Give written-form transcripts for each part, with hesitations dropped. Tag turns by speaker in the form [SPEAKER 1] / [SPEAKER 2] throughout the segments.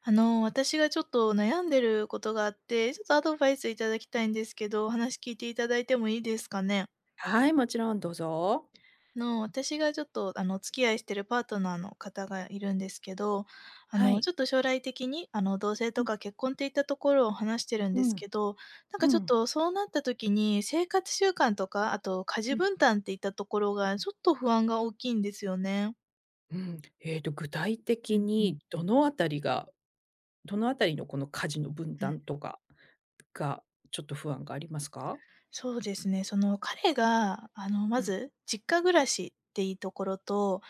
[SPEAKER 1] 私がちょっと悩んでることがあって、ちょっとアドバイスいただきたいんですけど、お話聞いていただいてもいいですかね？
[SPEAKER 2] はい、もちろんどうぞ。
[SPEAKER 1] 私がちょっと、お付き合いしてるパートナーの方がいるんですけど、
[SPEAKER 2] はい。
[SPEAKER 1] ちょっと将来的に、同棲
[SPEAKER 2] う
[SPEAKER 1] と
[SPEAKER 2] ん、
[SPEAKER 1] か結婚っていったところを話してるん
[SPEAKER 2] う
[SPEAKER 1] です
[SPEAKER 2] ん、
[SPEAKER 1] けど、なん
[SPEAKER 2] う
[SPEAKER 1] かちょっ
[SPEAKER 2] ん、
[SPEAKER 1] とそうなった時に、生活習慣とか、あと家
[SPEAKER 2] う
[SPEAKER 1] 事
[SPEAKER 2] ん。
[SPEAKER 1] 分担っていったところが、ちょっと不安が大きいんですよね。
[SPEAKER 2] 具体
[SPEAKER 1] う
[SPEAKER 2] 的
[SPEAKER 1] んうん。
[SPEAKER 2] にどのあたりのこの家事の分
[SPEAKER 1] うん。
[SPEAKER 2] 担とかが、ちょっと不安がありますか？
[SPEAKER 1] そうですね、その、彼が、
[SPEAKER 2] う
[SPEAKER 1] ま
[SPEAKER 2] ん。
[SPEAKER 1] ず実家暮らしっていうところと、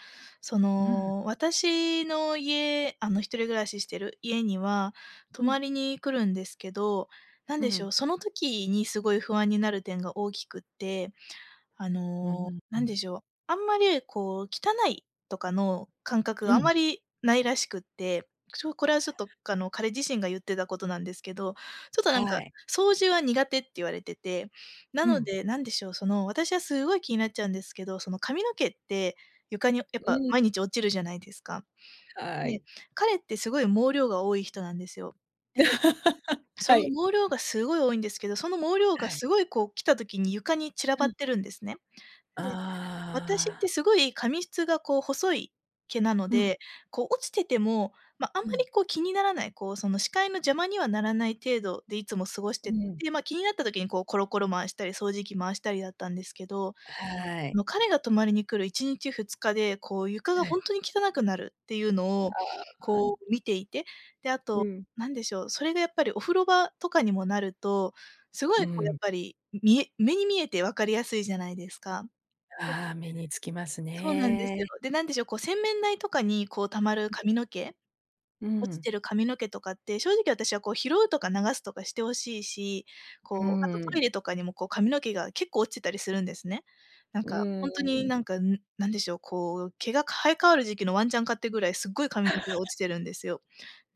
[SPEAKER 1] そ
[SPEAKER 2] うん、
[SPEAKER 1] の、私の家一人暮らししてる家には泊
[SPEAKER 2] う
[SPEAKER 1] ま
[SPEAKER 2] ん、
[SPEAKER 1] りに来るんですけど、なん
[SPEAKER 2] う
[SPEAKER 1] でしょ
[SPEAKER 2] ん、
[SPEAKER 1] う、その時にすごい不安になる点が大きくって
[SPEAKER 2] うん。
[SPEAKER 1] なんでしょう、あんまりこう汚いとかの感覚
[SPEAKER 2] う
[SPEAKER 1] があ
[SPEAKER 2] ん。
[SPEAKER 1] まりないらしくって、これはちょっとあの彼自身が言ってたことなんですけど、ちょっとなん
[SPEAKER 2] は
[SPEAKER 1] か
[SPEAKER 2] い。
[SPEAKER 1] 掃除は苦手って言われてて、な
[SPEAKER 2] う
[SPEAKER 1] の
[SPEAKER 2] ん。
[SPEAKER 1] で、なんでしょう、その私はすごい気になっちゃうんですけど、その髪の毛って床にやっ
[SPEAKER 2] う
[SPEAKER 1] ぱ
[SPEAKER 2] ん、
[SPEAKER 1] 毎日落ちるじゃないですか。
[SPEAKER 2] は
[SPEAKER 1] で、
[SPEAKER 2] い。
[SPEAKER 1] 彼ってすごい毛量が多い人なんですよ。で、そ
[SPEAKER 2] は
[SPEAKER 1] の
[SPEAKER 2] い。
[SPEAKER 1] 毛量がすごい多いんですけど、その毛量
[SPEAKER 2] は
[SPEAKER 1] が
[SPEAKER 2] い。
[SPEAKER 1] すごいこう来た時に床に散ら
[SPEAKER 2] う
[SPEAKER 1] ばっ
[SPEAKER 2] ん。
[SPEAKER 1] てるんですね。
[SPEAKER 2] あ
[SPEAKER 1] で、私って
[SPEAKER 2] あ、
[SPEAKER 1] すごい髪質がこう細い毛なの
[SPEAKER 2] うん、
[SPEAKER 1] で、こう落ちてても、ま、あん
[SPEAKER 2] う
[SPEAKER 1] まり
[SPEAKER 2] ん。
[SPEAKER 1] こう気にならない、こうその視界の邪魔にはならない程度でいつも過ごし
[SPEAKER 2] う
[SPEAKER 1] て
[SPEAKER 2] ん。
[SPEAKER 1] て、ま、気になった時にこうコロコロ回したり、掃除機回したりだったんですけど、
[SPEAKER 2] は
[SPEAKER 1] あ
[SPEAKER 2] い。
[SPEAKER 1] の彼が泊まりに来る1日2日で、こう床がほんとに汚くなるっていうのを
[SPEAKER 2] あー
[SPEAKER 1] こう見ていて、で、あ
[SPEAKER 2] う
[SPEAKER 1] と
[SPEAKER 2] ん。
[SPEAKER 1] 何でしょう、それがやっぱりお風呂場とかにもなると、すご
[SPEAKER 2] う
[SPEAKER 1] いこうや
[SPEAKER 2] ん。
[SPEAKER 1] っぱり、目に見えて分かりやすいじゃないですか。
[SPEAKER 2] ああ、目につきます
[SPEAKER 1] そうなんですよ。
[SPEAKER 2] ね。
[SPEAKER 1] で、なんでしょう、こう洗面台とかにこう溜まる髪の毛、
[SPEAKER 2] う
[SPEAKER 1] 落ち
[SPEAKER 2] ん。
[SPEAKER 1] てる髪の毛とかって正直私はこう拾うとか流すとかして欲しいし、
[SPEAKER 2] う
[SPEAKER 1] こう、あとト
[SPEAKER 2] ん。
[SPEAKER 1] イレとかにもこう髪の毛が結構落ちてたりするんですね。なん
[SPEAKER 2] う
[SPEAKER 1] かほんとに
[SPEAKER 2] ん。
[SPEAKER 1] なんか、ん、なんでしょう、こう毛が生え変わる時期のワンちゃん飼ってぐらいすっごい髪の毛が 落ちてるんですよ。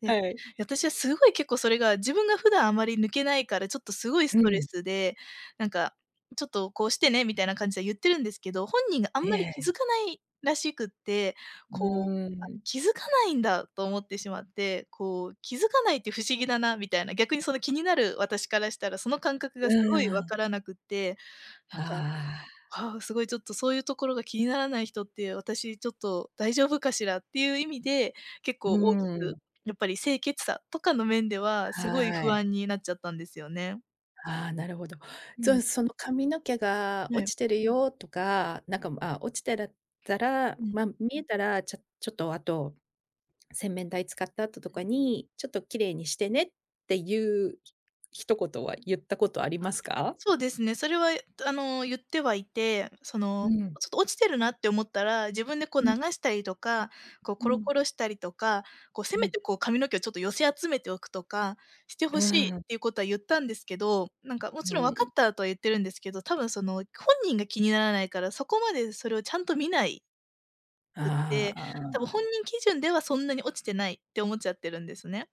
[SPEAKER 1] で、
[SPEAKER 2] はい。
[SPEAKER 1] 私はすごい結構それが、自分が普段あまり抜けないから、ちょっとすごい
[SPEAKER 2] う
[SPEAKER 1] ストレ
[SPEAKER 2] ん。
[SPEAKER 1] スで、なんか、ちょっとこうしてねみたいな感じで言ってるんですけど、本人があん
[SPEAKER 2] え
[SPEAKER 1] まり気
[SPEAKER 2] え。
[SPEAKER 1] づかないらしくって、
[SPEAKER 2] う
[SPEAKER 1] こう、あ、
[SPEAKER 2] ん。
[SPEAKER 1] 気づかないんだと思ってしまって、こう、気づかないって不思議だなみたいな、逆にその気になる私からしたら、その感覚が
[SPEAKER 2] う
[SPEAKER 1] すごいわ
[SPEAKER 2] ん。
[SPEAKER 1] からなくって、なんか、
[SPEAKER 2] ああ。
[SPEAKER 1] ああ、すごいちょっとそういうところが気にならない人って、私ちょっと大丈夫かしらっていう意味で、結
[SPEAKER 2] う
[SPEAKER 1] 構大きく、
[SPEAKER 2] ん。
[SPEAKER 1] やっぱり清潔さとかの面では、すごい
[SPEAKER 2] は
[SPEAKER 1] 不
[SPEAKER 2] い。
[SPEAKER 1] 安になっちゃったんですよね。
[SPEAKER 2] ああ、なるほど。
[SPEAKER 1] う
[SPEAKER 2] そ
[SPEAKER 1] ん、
[SPEAKER 2] その髪の毛が
[SPEAKER 1] は
[SPEAKER 2] 落
[SPEAKER 1] い。
[SPEAKER 2] ちてるよとか、なんか、まあ、落ちてだったら、
[SPEAKER 1] うん。
[SPEAKER 2] ま、見えたら、ちょっとあと、洗面台使った後とかに、ちょっと綺麗にしてねっていう、一言は言ったことありますか？
[SPEAKER 1] そうですね、それは、言ってはいて、そ
[SPEAKER 2] う
[SPEAKER 1] の、
[SPEAKER 2] ん。
[SPEAKER 1] ちょっと落ちてるなって思ったら、自分でこう
[SPEAKER 2] うん
[SPEAKER 1] 流
[SPEAKER 2] うん。
[SPEAKER 1] したりとか、こうコロコロしたりとか、こうせ
[SPEAKER 2] う
[SPEAKER 1] め
[SPEAKER 2] ん。
[SPEAKER 1] てこう髪の毛をちょっと寄せ集めておくとかして
[SPEAKER 2] う
[SPEAKER 1] ほしいっ
[SPEAKER 2] ーん。
[SPEAKER 1] ていうことは言ったんですけど、なんかも
[SPEAKER 2] う
[SPEAKER 1] ちろん分か
[SPEAKER 2] ん。
[SPEAKER 1] ったとは言ってるんですけど、多分その本人が気にならないから、そこまでそれをちゃんと見ないくっ
[SPEAKER 2] あ
[SPEAKER 1] て、
[SPEAKER 2] あ
[SPEAKER 1] 多分
[SPEAKER 2] あ。
[SPEAKER 1] 本人基準ではそんなに落ちてないって思っちゃってるんですね。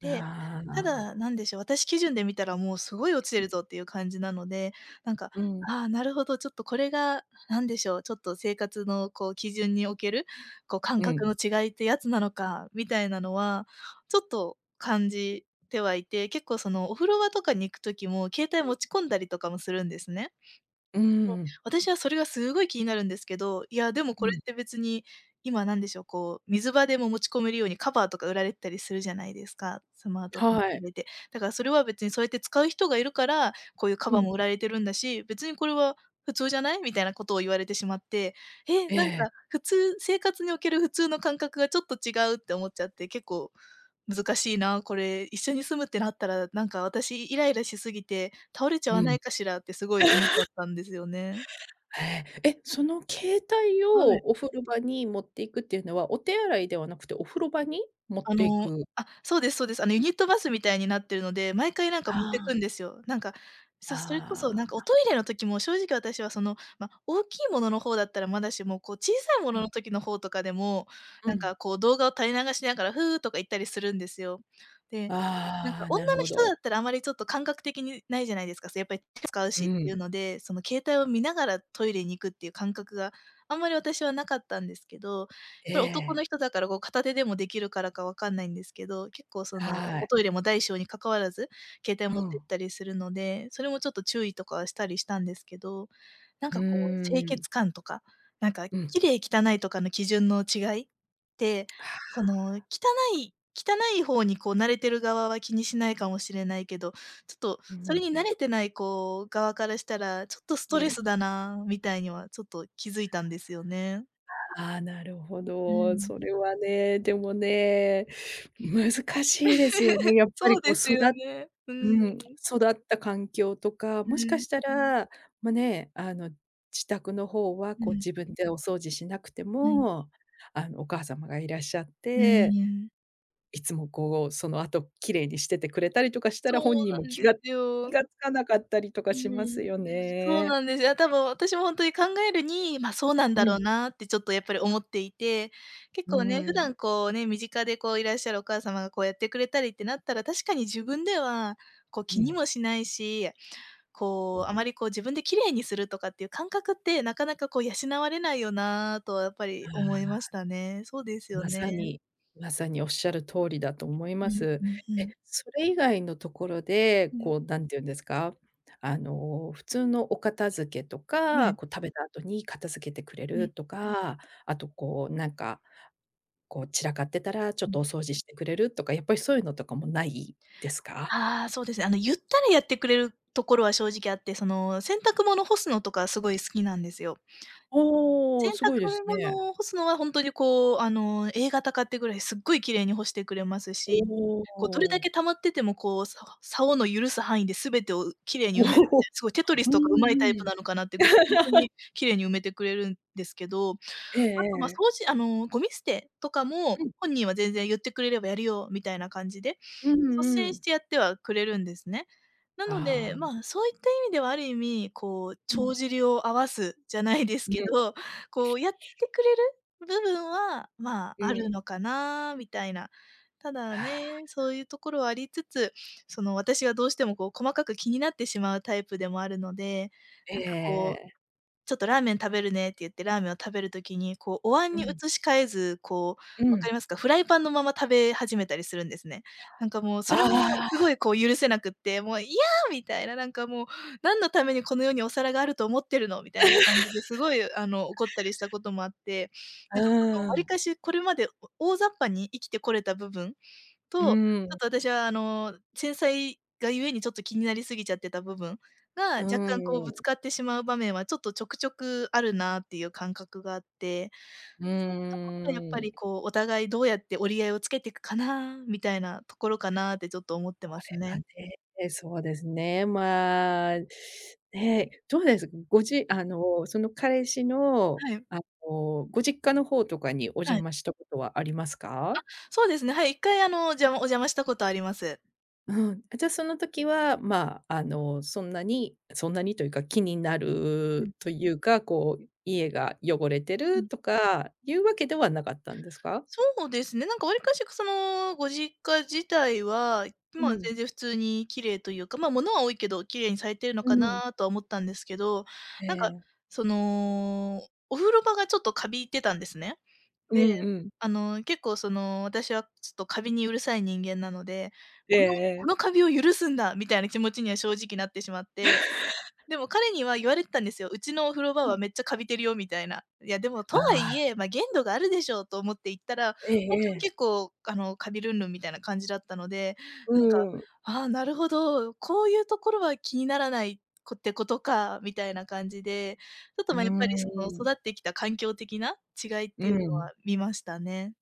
[SPEAKER 1] で、
[SPEAKER 2] あ
[SPEAKER 1] ただ、な
[SPEAKER 2] あ。
[SPEAKER 1] んでしょう、私基準で見たらもうすごい落ちてるぞっていう感じなので、なんか、
[SPEAKER 2] うん、
[SPEAKER 1] ああ、なるほど、ちょっとこれが、なんでしょう、ちょっと生活のこう基準における、こう感
[SPEAKER 2] う
[SPEAKER 1] 覚
[SPEAKER 2] ん、
[SPEAKER 1] の違いってやつなのか、みたいなのは、ちょっと感じてはいて、結構そのお風呂場とかに行く時も、携帯持ち込んだりとかもするんですね。
[SPEAKER 2] うん。
[SPEAKER 1] 私はそれがすごい気になるんですけど、いや、でも
[SPEAKER 2] う
[SPEAKER 1] これ
[SPEAKER 2] ん、
[SPEAKER 1] って別に、今なんでしょう、こう、水場でも持ち込めるようにカバーとか売られてたりするじゃないですか、スマートフォン
[SPEAKER 2] はい。
[SPEAKER 1] 入れて。だからそれは別にそうやって使う人がいるから、こういうカ
[SPEAKER 2] う
[SPEAKER 1] バーも
[SPEAKER 2] ん。
[SPEAKER 1] 売られてるんだし、別にこれは普通じゃない？みたいなことを言われてしまって、え、
[SPEAKER 2] え
[SPEAKER 1] なんか
[SPEAKER 2] え、
[SPEAKER 1] 普通生活における普通の感覚がちょっと違うって思っちゃって、結構難しいな、これ一緒に住むってなったら、なんか私イライラしすぎて、倒れちゃ
[SPEAKER 2] う
[SPEAKER 1] わな
[SPEAKER 2] ん。
[SPEAKER 1] いかしらってすごい思っちゃ ったんですよね。
[SPEAKER 2] ええ、え、その携帯
[SPEAKER 1] は
[SPEAKER 2] を
[SPEAKER 1] い。
[SPEAKER 2] お風呂場に持っていくっていうのは、お手洗いではなくてお風呂場に持っていく？
[SPEAKER 1] あ、そうですそうです。ユニットバスみたいになってるので、毎回なんか
[SPEAKER 2] あ
[SPEAKER 1] 持ってくんで
[SPEAKER 2] あ、
[SPEAKER 1] すよ。なんか、それこ
[SPEAKER 2] あ
[SPEAKER 1] そなんか
[SPEAKER 2] あ。
[SPEAKER 1] おトイレの時も正直私はその、ま、大きいものの方だったらまだしも、こう小さいも
[SPEAKER 2] う
[SPEAKER 1] の
[SPEAKER 2] ん、
[SPEAKER 1] の時の方とかでも、
[SPEAKER 2] う
[SPEAKER 1] なん
[SPEAKER 2] ん。
[SPEAKER 1] かこう動画を垂れ流しながら「ふー」とか言ったりするんですよ。で、なん
[SPEAKER 2] あ
[SPEAKER 1] か
[SPEAKER 2] あ、なる
[SPEAKER 1] 女の
[SPEAKER 2] ほ
[SPEAKER 1] 人
[SPEAKER 2] ど。
[SPEAKER 1] だったらあまりちょっと感覚的にないじゃないですか。そ、やっぱり手使う
[SPEAKER 2] う
[SPEAKER 1] しってい
[SPEAKER 2] ん。
[SPEAKER 1] うので、その携帯を見ながらトイレに行くっていう感覚があんまり私はなかったんですけど、や
[SPEAKER 2] え
[SPEAKER 1] っぱり男
[SPEAKER 2] え、
[SPEAKER 1] の人だから、こう、片手でもできるからかわかんないんですけど、結構、その、
[SPEAKER 2] は
[SPEAKER 1] お
[SPEAKER 2] い。
[SPEAKER 1] トイレも大小に関わらず、携帯
[SPEAKER 2] う
[SPEAKER 1] 持ってっ
[SPEAKER 2] ん。
[SPEAKER 1] たりするので、それもちょっと注意とかはしたりしたんですけど、なん
[SPEAKER 2] う
[SPEAKER 1] か、こう、清
[SPEAKER 2] ーん。
[SPEAKER 1] 潔感とか、なんか、
[SPEAKER 2] うん。
[SPEAKER 1] 綺麗汚いとかの基準の違いって、
[SPEAKER 2] はあ。
[SPEAKER 1] その、汚い方に、こう、慣れてる側は気にしないかもしれないけど、ちょっと、
[SPEAKER 2] う
[SPEAKER 1] それ
[SPEAKER 2] ん、
[SPEAKER 1] に慣れてない、こう、側からしたら、ちょっとスト
[SPEAKER 2] う
[SPEAKER 1] レ
[SPEAKER 2] ん。
[SPEAKER 1] スだなみたいには、ちょっと気づいたんですよね。
[SPEAKER 2] ああ、なるほ
[SPEAKER 1] う
[SPEAKER 2] ど。
[SPEAKER 1] ん。
[SPEAKER 2] それはね、でもね、難しいですよね。やっぱり
[SPEAKER 1] そう
[SPEAKER 2] こう、
[SPEAKER 1] ですよね。うん。
[SPEAKER 2] うん、育った環境とか、
[SPEAKER 1] う
[SPEAKER 2] もしか
[SPEAKER 1] ん。
[SPEAKER 2] したら、ま、ね、自宅の方は
[SPEAKER 1] う
[SPEAKER 2] こう
[SPEAKER 1] ん。
[SPEAKER 2] 自分でお掃除しなくて
[SPEAKER 1] うん。
[SPEAKER 2] も、お母様がいらっしゃっ
[SPEAKER 1] うー
[SPEAKER 2] て、
[SPEAKER 1] ん。
[SPEAKER 2] いつもこう、その後綺麗にしててくれたりとかした
[SPEAKER 1] そ
[SPEAKER 2] ら、
[SPEAKER 1] う
[SPEAKER 2] 本人も
[SPEAKER 1] なんです
[SPEAKER 2] 気
[SPEAKER 1] よ。
[SPEAKER 2] がつかなかったりとか
[SPEAKER 1] う
[SPEAKER 2] しま
[SPEAKER 1] ん。
[SPEAKER 2] すよ
[SPEAKER 1] そう
[SPEAKER 2] ね。
[SPEAKER 1] なんですよ。多分私もほんとに考えるに、ま、そうなん
[SPEAKER 2] う
[SPEAKER 1] だろう
[SPEAKER 2] ん、
[SPEAKER 1] なってちょっとやっぱり思っていて、結
[SPEAKER 2] う
[SPEAKER 1] 構ね、普
[SPEAKER 2] ん、
[SPEAKER 1] 段こうね、身近でこういらっしゃるお母様がこうやってくれたりってなったら、確かに自分ではこう
[SPEAKER 2] う
[SPEAKER 1] 気
[SPEAKER 2] ん、
[SPEAKER 1] に
[SPEAKER 2] は
[SPEAKER 1] もしないし、こうあまりこう自分で綺麗にするとかっていう感覚ってなかなかこう養われないよなとはやっぱり思い
[SPEAKER 2] い。
[SPEAKER 1] ましたね。そうですよ
[SPEAKER 2] まさ
[SPEAKER 1] ね。
[SPEAKER 2] にまさにおっしゃる通りだと思い
[SPEAKER 1] う
[SPEAKER 2] ま
[SPEAKER 1] ん
[SPEAKER 2] す。
[SPEAKER 1] うんう
[SPEAKER 2] え、
[SPEAKER 1] ん。
[SPEAKER 2] それ以外のところで、
[SPEAKER 1] うん、
[SPEAKER 2] こう、なんて言うんですか、普通のお片付けと
[SPEAKER 1] は
[SPEAKER 2] か、
[SPEAKER 1] い。
[SPEAKER 2] こう、食べた後に片付けてくれ
[SPEAKER 1] う
[SPEAKER 2] る
[SPEAKER 1] ん、
[SPEAKER 2] とか、あと、こう、なんか、こう、散らかってたらちょ
[SPEAKER 1] う
[SPEAKER 2] っと
[SPEAKER 1] ん。
[SPEAKER 2] お掃除してくれるとか、やっぱりそういうのとかもないですか？
[SPEAKER 1] ああ、そうですね。ゆったりやってくれるところは正直あって、その、洗濯物干すのとかすごい好きなんですよ。
[SPEAKER 2] おお、
[SPEAKER 1] 洗濯
[SPEAKER 2] すごいですね。
[SPEAKER 1] 物を干すのはほんとにこう、A 型買ってぐらいすっごい綺麗に干してくれますし、
[SPEAKER 2] お
[SPEAKER 1] こうどれだ
[SPEAKER 2] お。
[SPEAKER 1] け溜まってても、こう、竿の許す範囲で全てを綺 麗
[SPEAKER 2] お
[SPEAKER 1] に埋めるみ
[SPEAKER 2] お。
[SPEAKER 1] たいな、すごいテトリス
[SPEAKER 2] うん
[SPEAKER 1] とか上手いタイ
[SPEAKER 2] う
[SPEAKER 1] プ
[SPEAKER 2] ん。
[SPEAKER 1] なのかなってぐらい、ほんとに綺麗に埋めてくれるんですけど、あ
[SPEAKER 2] ええ
[SPEAKER 1] と、掃
[SPEAKER 2] ええ。
[SPEAKER 1] 除ゴミ捨てとか
[SPEAKER 2] う
[SPEAKER 1] も、
[SPEAKER 2] ん。
[SPEAKER 1] 本人は全然言ってくれればやるよみたいな感じで、
[SPEAKER 2] うん
[SPEAKER 1] 率
[SPEAKER 2] う
[SPEAKER 1] 先し
[SPEAKER 2] ん。
[SPEAKER 1] てやってはくれるんですね。なの
[SPEAKER 2] あ
[SPEAKER 1] で、
[SPEAKER 2] あ。
[SPEAKER 1] あそういった意味ではある意味、こう、
[SPEAKER 2] うん。
[SPEAKER 1] 帳尻を合わすじゃないです
[SPEAKER 2] う
[SPEAKER 1] け
[SPEAKER 2] ん
[SPEAKER 1] ど、こう、やってくれる部分は、まあ、
[SPEAKER 2] う
[SPEAKER 1] ある
[SPEAKER 2] ん。
[SPEAKER 1] のかなみたいな。た
[SPEAKER 2] あ
[SPEAKER 1] だ
[SPEAKER 2] あ。
[SPEAKER 1] ね、そういうところはありつつ、その、私がどうしてもこう細かく気になってしまうタイプでもあるので、なんかこ
[SPEAKER 2] ええ
[SPEAKER 1] うちょっとラーメン食べるねって言ってラーメンを食べる時に、こうお椀
[SPEAKER 2] う
[SPEAKER 1] に
[SPEAKER 2] ん、
[SPEAKER 1] 移し替えず、こう、
[SPEAKER 2] う
[SPEAKER 1] 分
[SPEAKER 2] ん。
[SPEAKER 1] かりますか？フライパンのまま食べ始めたりするんですね。なんかもうそれもす
[SPEAKER 2] あ
[SPEAKER 1] ごいこう許せなくって、もう「いや！」みたいな、なんかもう「何のためにこの世にお皿があると思ってるの」みたいな感じですごい怒ったりしたこともあって、
[SPEAKER 2] あ、
[SPEAKER 1] なんかこの
[SPEAKER 2] う
[SPEAKER 1] わり
[SPEAKER 2] ーん。
[SPEAKER 1] かしこれまでお大雑把に生きてこれた部分
[SPEAKER 2] う
[SPEAKER 1] と、
[SPEAKER 2] ー
[SPEAKER 1] ちょっ
[SPEAKER 2] ん。
[SPEAKER 1] と私は繊細がゆえにちょっと気になりすぎちゃってた部分が、
[SPEAKER 2] うー
[SPEAKER 1] 若干こうぶ
[SPEAKER 2] ん。
[SPEAKER 1] つかってしまう場面はちょっとちょくちょくあるなっていう感覚があって、
[SPEAKER 2] う
[SPEAKER 1] そういうところはやっぱ
[SPEAKER 2] ーん。
[SPEAKER 1] り
[SPEAKER 2] こ
[SPEAKER 1] こう、お互いどうやって折り合いをつけていくかなみたいなところかなってちょっと思ってます
[SPEAKER 2] れは
[SPEAKER 1] ね。
[SPEAKER 2] ね、そうですね、まあ、ね、どうです？ごじあの、その彼氏の、
[SPEAKER 1] はい、
[SPEAKER 2] あご実家の方とかにお
[SPEAKER 1] は
[SPEAKER 2] 邪
[SPEAKER 1] い。
[SPEAKER 2] 魔したことはありますか？
[SPEAKER 1] そうですね、はい、1回あの、じゃお邪魔したことあります。
[SPEAKER 2] うん、じゃ、その時は、まあ、そんなにというか、気にな
[SPEAKER 1] うん、
[SPEAKER 2] るというか、こう、家が汚れて
[SPEAKER 1] う
[SPEAKER 2] る
[SPEAKER 1] ん。
[SPEAKER 2] とかいうわけではなかったんですか？
[SPEAKER 1] そうですね、なんかわりかし、その、ご実家自体は、
[SPEAKER 2] う
[SPEAKER 1] まあ、
[SPEAKER 2] ん、
[SPEAKER 1] 全然普通に綺麗というか、あ物は多いけど、綺麗にされてるの
[SPEAKER 2] う
[SPEAKER 1] か
[SPEAKER 2] ん。
[SPEAKER 1] なとは思ったんですけど、
[SPEAKER 2] え
[SPEAKER 1] なんか、
[SPEAKER 2] え。
[SPEAKER 1] その、お風呂場がちょっとカビてたんですね。
[SPEAKER 2] う
[SPEAKER 1] で、
[SPEAKER 2] んうん。
[SPEAKER 1] あの、結構その、私はちょっとカビにうるさい人間なので、
[SPEAKER 2] ええ
[SPEAKER 1] この
[SPEAKER 2] え
[SPEAKER 1] この
[SPEAKER 2] え。
[SPEAKER 1] カビを許すんだみたいな気持ちには正直なってしまって、でも彼には言われてたんですよ。うちのお風呂場はめっちゃカビてるよみたいな。いやでも、
[SPEAKER 2] あ
[SPEAKER 1] とはい
[SPEAKER 2] あ、
[SPEAKER 1] え、限度があるでしょうと思って行ったら、
[SPEAKER 2] ええ
[SPEAKER 1] ほん
[SPEAKER 2] え
[SPEAKER 1] とに
[SPEAKER 2] え。
[SPEAKER 1] 結構カビルンルンみたいな感じだったので、
[SPEAKER 2] う
[SPEAKER 1] なんか、
[SPEAKER 2] ん。
[SPEAKER 1] ああ、なるほど、こういうところは気にならないこってことか、みたいな感じで、ちょっと
[SPEAKER 2] うー
[SPEAKER 1] やっぱりその
[SPEAKER 2] ん。
[SPEAKER 1] 育ってきた環境的な違いっ
[SPEAKER 2] う
[SPEAKER 1] ていうの
[SPEAKER 2] ん。
[SPEAKER 1] は見ましたね。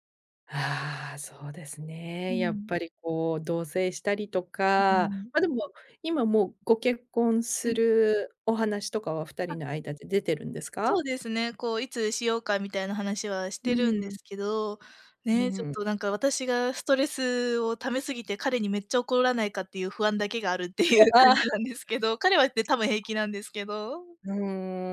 [SPEAKER 2] ああ、そうです
[SPEAKER 1] う
[SPEAKER 2] ね。やっ
[SPEAKER 1] ん。
[SPEAKER 2] ぱりこう、同棲したりと
[SPEAKER 1] うー
[SPEAKER 2] か、
[SPEAKER 1] ん。
[SPEAKER 2] ま、でも、今もうご結婚
[SPEAKER 1] う
[SPEAKER 2] す
[SPEAKER 1] ん。
[SPEAKER 2] るお話とかは二人の間で出てるんです
[SPEAKER 1] そ
[SPEAKER 2] か？
[SPEAKER 1] うですね、こういつしようかみたいな話はし
[SPEAKER 2] う
[SPEAKER 1] てるんで
[SPEAKER 2] ん、
[SPEAKER 1] すけど、
[SPEAKER 2] う
[SPEAKER 1] ね、ちょっ
[SPEAKER 2] ん。
[SPEAKER 1] となんか私がストレスを溜めすぎて、彼にめっちゃ怒らないかっていう不安だけがあるってい う
[SPEAKER 2] あ
[SPEAKER 1] 感
[SPEAKER 2] あ、
[SPEAKER 1] じなんですけど、彼はね、多分平気なんですけど、
[SPEAKER 2] う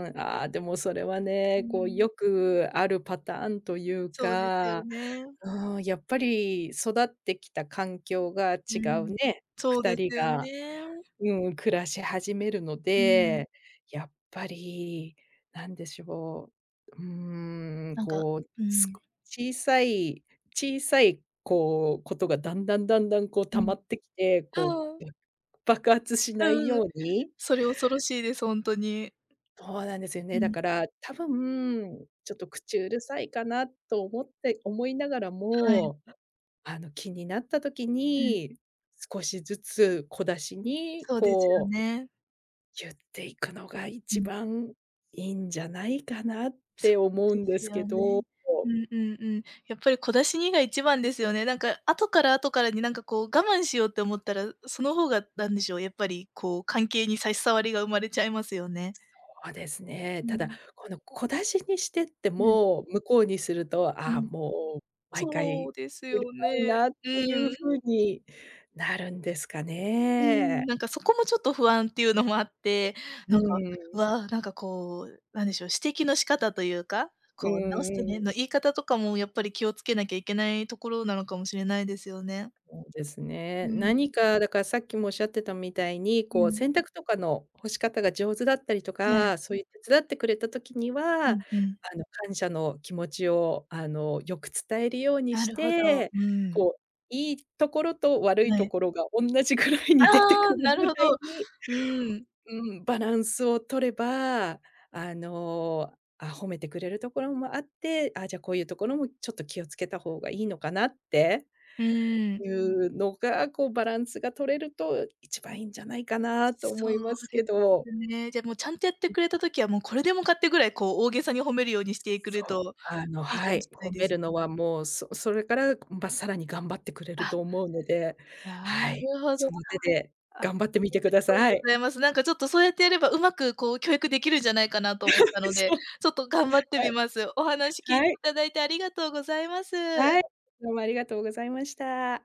[SPEAKER 2] ーん、ああ、でもそれは
[SPEAKER 1] う
[SPEAKER 2] ね、こう
[SPEAKER 1] ん、
[SPEAKER 2] よくあるパターンという
[SPEAKER 1] そうです
[SPEAKER 2] か
[SPEAKER 1] よね。
[SPEAKER 2] ああ、やっぱり育ってきた環境が違
[SPEAKER 1] う
[SPEAKER 2] う
[SPEAKER 1] ん。
[SPEAKER 2] ね、
[SPEAKER 1] そう
[SPEAKER 2] 2
[SPEAKER 1] で
[SPEAKER 2] 人
[SPEAKER 1] すよ
[SPEAKER 2] が、
[SPEAKER 1] ね。
[SPEAKER 2] うん、暮らし始めるの
[SPEAKER 1] うん、
[SPEAKER 2] で、やっぱり、なんでしょう、うーん、
[SPEAKER 1] なんか、
[SPEAKER 2] こう、
[SPEAKER 1] う
[SPEAKER 2] す
[SPEAKER 1] ん、
[SPEAKER 2] こ小さい小さい、こう、ことがだんだんだんだん、こう
[SPEAKER 1] う
[SPEAKER 2] 溜
[SPEAKER 1] ん。
[SPEAKER 2] まってきて、こ
[SPEAKER 1] う
[SPEAKER 2] う、
[SPEAKER 1] ん、
[SPEAKER 2] 爆発しない
[SPEAKER 1] うん、
[SPEAKER 2] ように
[SPEAKER 1] それ恐ろしいです、ほんとに。
[SPEAKER 2] そうなんですよ
[SPEAKER 1] う
[SPEAKER 2] ね。だ
[SPEAKER 1] ん、
[SPEAKER 2] から、多分、ちょっと口うるさいかなと思って思いながら
[SPEAKER 1] はい。
[SPEAKER 2] も、気になった時
[SPEAKER 1] うん、
[SPEAKER 2] に、少しずつ小出しに、
[SPEAKER 1] そうですよ
[SPEAKER 2] こう、
[SPEAKER 1] ね。
[SPEAKER 2] 言っていくのが
[SPEAKER 1] う
[SPEAKER 2] 一
[SPEAKER 1] ん。
[SPEAKER 2] 番いいんじゃないかなっ
[SPEAKER 1] そ
[SPEAKER 2] て
[SPEAKER 1] う
[SPEAKER 2] 思う
[SPEAKER 1] で
[SPEAKER 2] んで
[SPEAKER 1] す
[SPEAKER 2] すけ
[SPEAKER 1] よ
[SPEAKER 2] ど。
[SPEAKER 1] ね。う
[SPEAKER 2] そ
[SPEAKER 1] んうんうん。やっぱり小出しにが一番ですよね。なんか後から後からになんかこう我慢しようって思ったら、その方がなんでしょう、やっぱりこう関係に差し障りが生まれちゃいますよね。
[SPEAKER 2] うですね。
[SPEAKER 1] う
[SPEAKER 2] ただ、
[SPEAKER 1] ん、
[SPEAKER 2] この小出しにしてって
[SPEAKER 1] うん、
[SPEAKER 2] も、向こうにすると、
[SPEAKER 1] う
[SPEAKER 2] ああ、
[SPEAKER 1] ん。
[SPEAKER 2] もう毎
[SPEAKER 1] そ
[SPEAKER 2] 回
[SPEAKER 1] うです
[SPEAKER 2] うる
[SPEAKER 1] よ
[SPEAKER 2] さい
[SPEAKER 1] ね。
[SPEAKER 2] なっ
[SPEAKER 1] う
[SPEAKER 2] ていう風
[SPEAKER 1] ん。
[SPEAKER 2] になるんですか
[SPEAKER 1] う
[SPEAKER 2] ね？
[SPEAKER 1] ん、なんかそこもちょっと不安っていうのもあって、
[SPEAKER 2] う
[SPEAKER 1] なんか、
[SPEAKER 2] ん。
[SPEAKER 1] わあ、なんかこう、なんでしょう、指摘の仕方というか、
[SPEAKER 2] う
[SPEAKER 1] こう直
[SPEAKER 2] ん
[SPEAKER 1] してね
[SPEAKER 2] うん。
[SPEAKER 1] の言い方とかもやっぱり気をつけなきゃいけないところなのかもしれないですよね。
[SPEAKER 2] そうです
[SPEAKER 1] う
[SPEAKER 2] ね。
[SPEAKER 1] ん。
[SPEAKER 2] 何かだからさっきもおっしゃってたみたいに、
[SPEAKER 1] う
[SPEAKER 2] こう
[SPEAKER 1] ん、
[SPEAKER 2] 洗濯とかの干し方が上手だったりと
[SPEAKER 1] はい。
[SPEAKER 2] か、そういう手伝ってくれた時に
[SPEAKER 1] う
[SPEAKER 2] は、
[SPEAKER 1] んうん。
[SPEAKER 2] 感謝の気持ちを、よく伝えるように
[SPEAKER 1] な
[SPEAKER 2] し
[SPEAKER 1] るほど。
[SPEAKER 2] て、
[SPEAKER 1] うん。
[SPEAKER 2] こう、いいところと悪い
[SPEAKER 1] は
[SPEAKER 2] と
[SPEAKER 1] い。
[SPEAKER 2] ころが同じぐらい
[SPEAKER 1] あ
[SPEAKER 2] に出て
[SPEAKER 1] あ、
[SPEAKER 2] くる
[SPEAKER 1] なる
[SPEAKER 2] ぐ
[SPEAKER 1] ほ
[SPEAKER 2] らい
[SPEAKER 1] ど。
[SPEAKER 2] に
[SPEAKER 1] うん。
[SPEAKER 2] うん、バランスを取れば、あの、褒めてくれるところもあって、あ、じゃあこういうところもちょっと気をつけた方がいいのかなって
[SPEAKER 1] うん。
[SPEAKER 2] いうのが、こうバランスが取れると一番いいんじゃないかなと思
[SPEAKER 1] そう
[SPEAKER 2] います
[SPEAKER 1] で
[SPEAKER 2] けど。
[SPEAKER 1] すね。じゃ、もうちゃんとやってくれた時は、もうこれでもかってぐらい、こう大げさに褒めるようにしてくる
[SPEAKER 2] そう、
[SPEAKER 1] といい
[SPEAKER 2] は
[SPEAKER 1] かも
[SPEAKER 2] い、
[SPEAKER 1] しれない
[SPEAKER 2] 褒
[SPEAKER 1] で
[SPEAKER 2] め
[SPEAKER 1] す。
[SPEAKER 2] るのはもう、それから、ま、さらに頑張ってくれる
[SPEAKER 1] あ、
[SPEAKER 2] と思うので、
[SPEAKER 1] な
[SPEAKER 2] はい、
[SPEAKER 1] るほど。
[SPEAKER 2] その手で
[SPEAKER 1] あ、あ
[SPEAKER 2] 頑張ってみ
[SPEAKER 1] り
[SPEAKER 2] てく
[SPEAKER 1] が
[SPEAKER 2] だ
[SPEAKER 1] とう
[SPEAKER 2] さ
[SPEAKER 1] ご
[SPEAKER 2] い。
[SPEAKER 1] ざいます。なんかちょっとそうやってやれば、うまくこう教育できるんじゃないかなと思ったの で、
[SPEAKER 2] そう、
[SPEAKER 1] ちょっと頑張って
[SPEAKER 2] は
[SPEAKER 1] み
[SPEAKER 2] い、
[SPEAKER 1] ます。お話聞いてい
[SPEAKER 2] はい、
[SPEAKER 1] ただいてありがとうございます。
[SPEAKER 2] はい、どうもありがとうございました。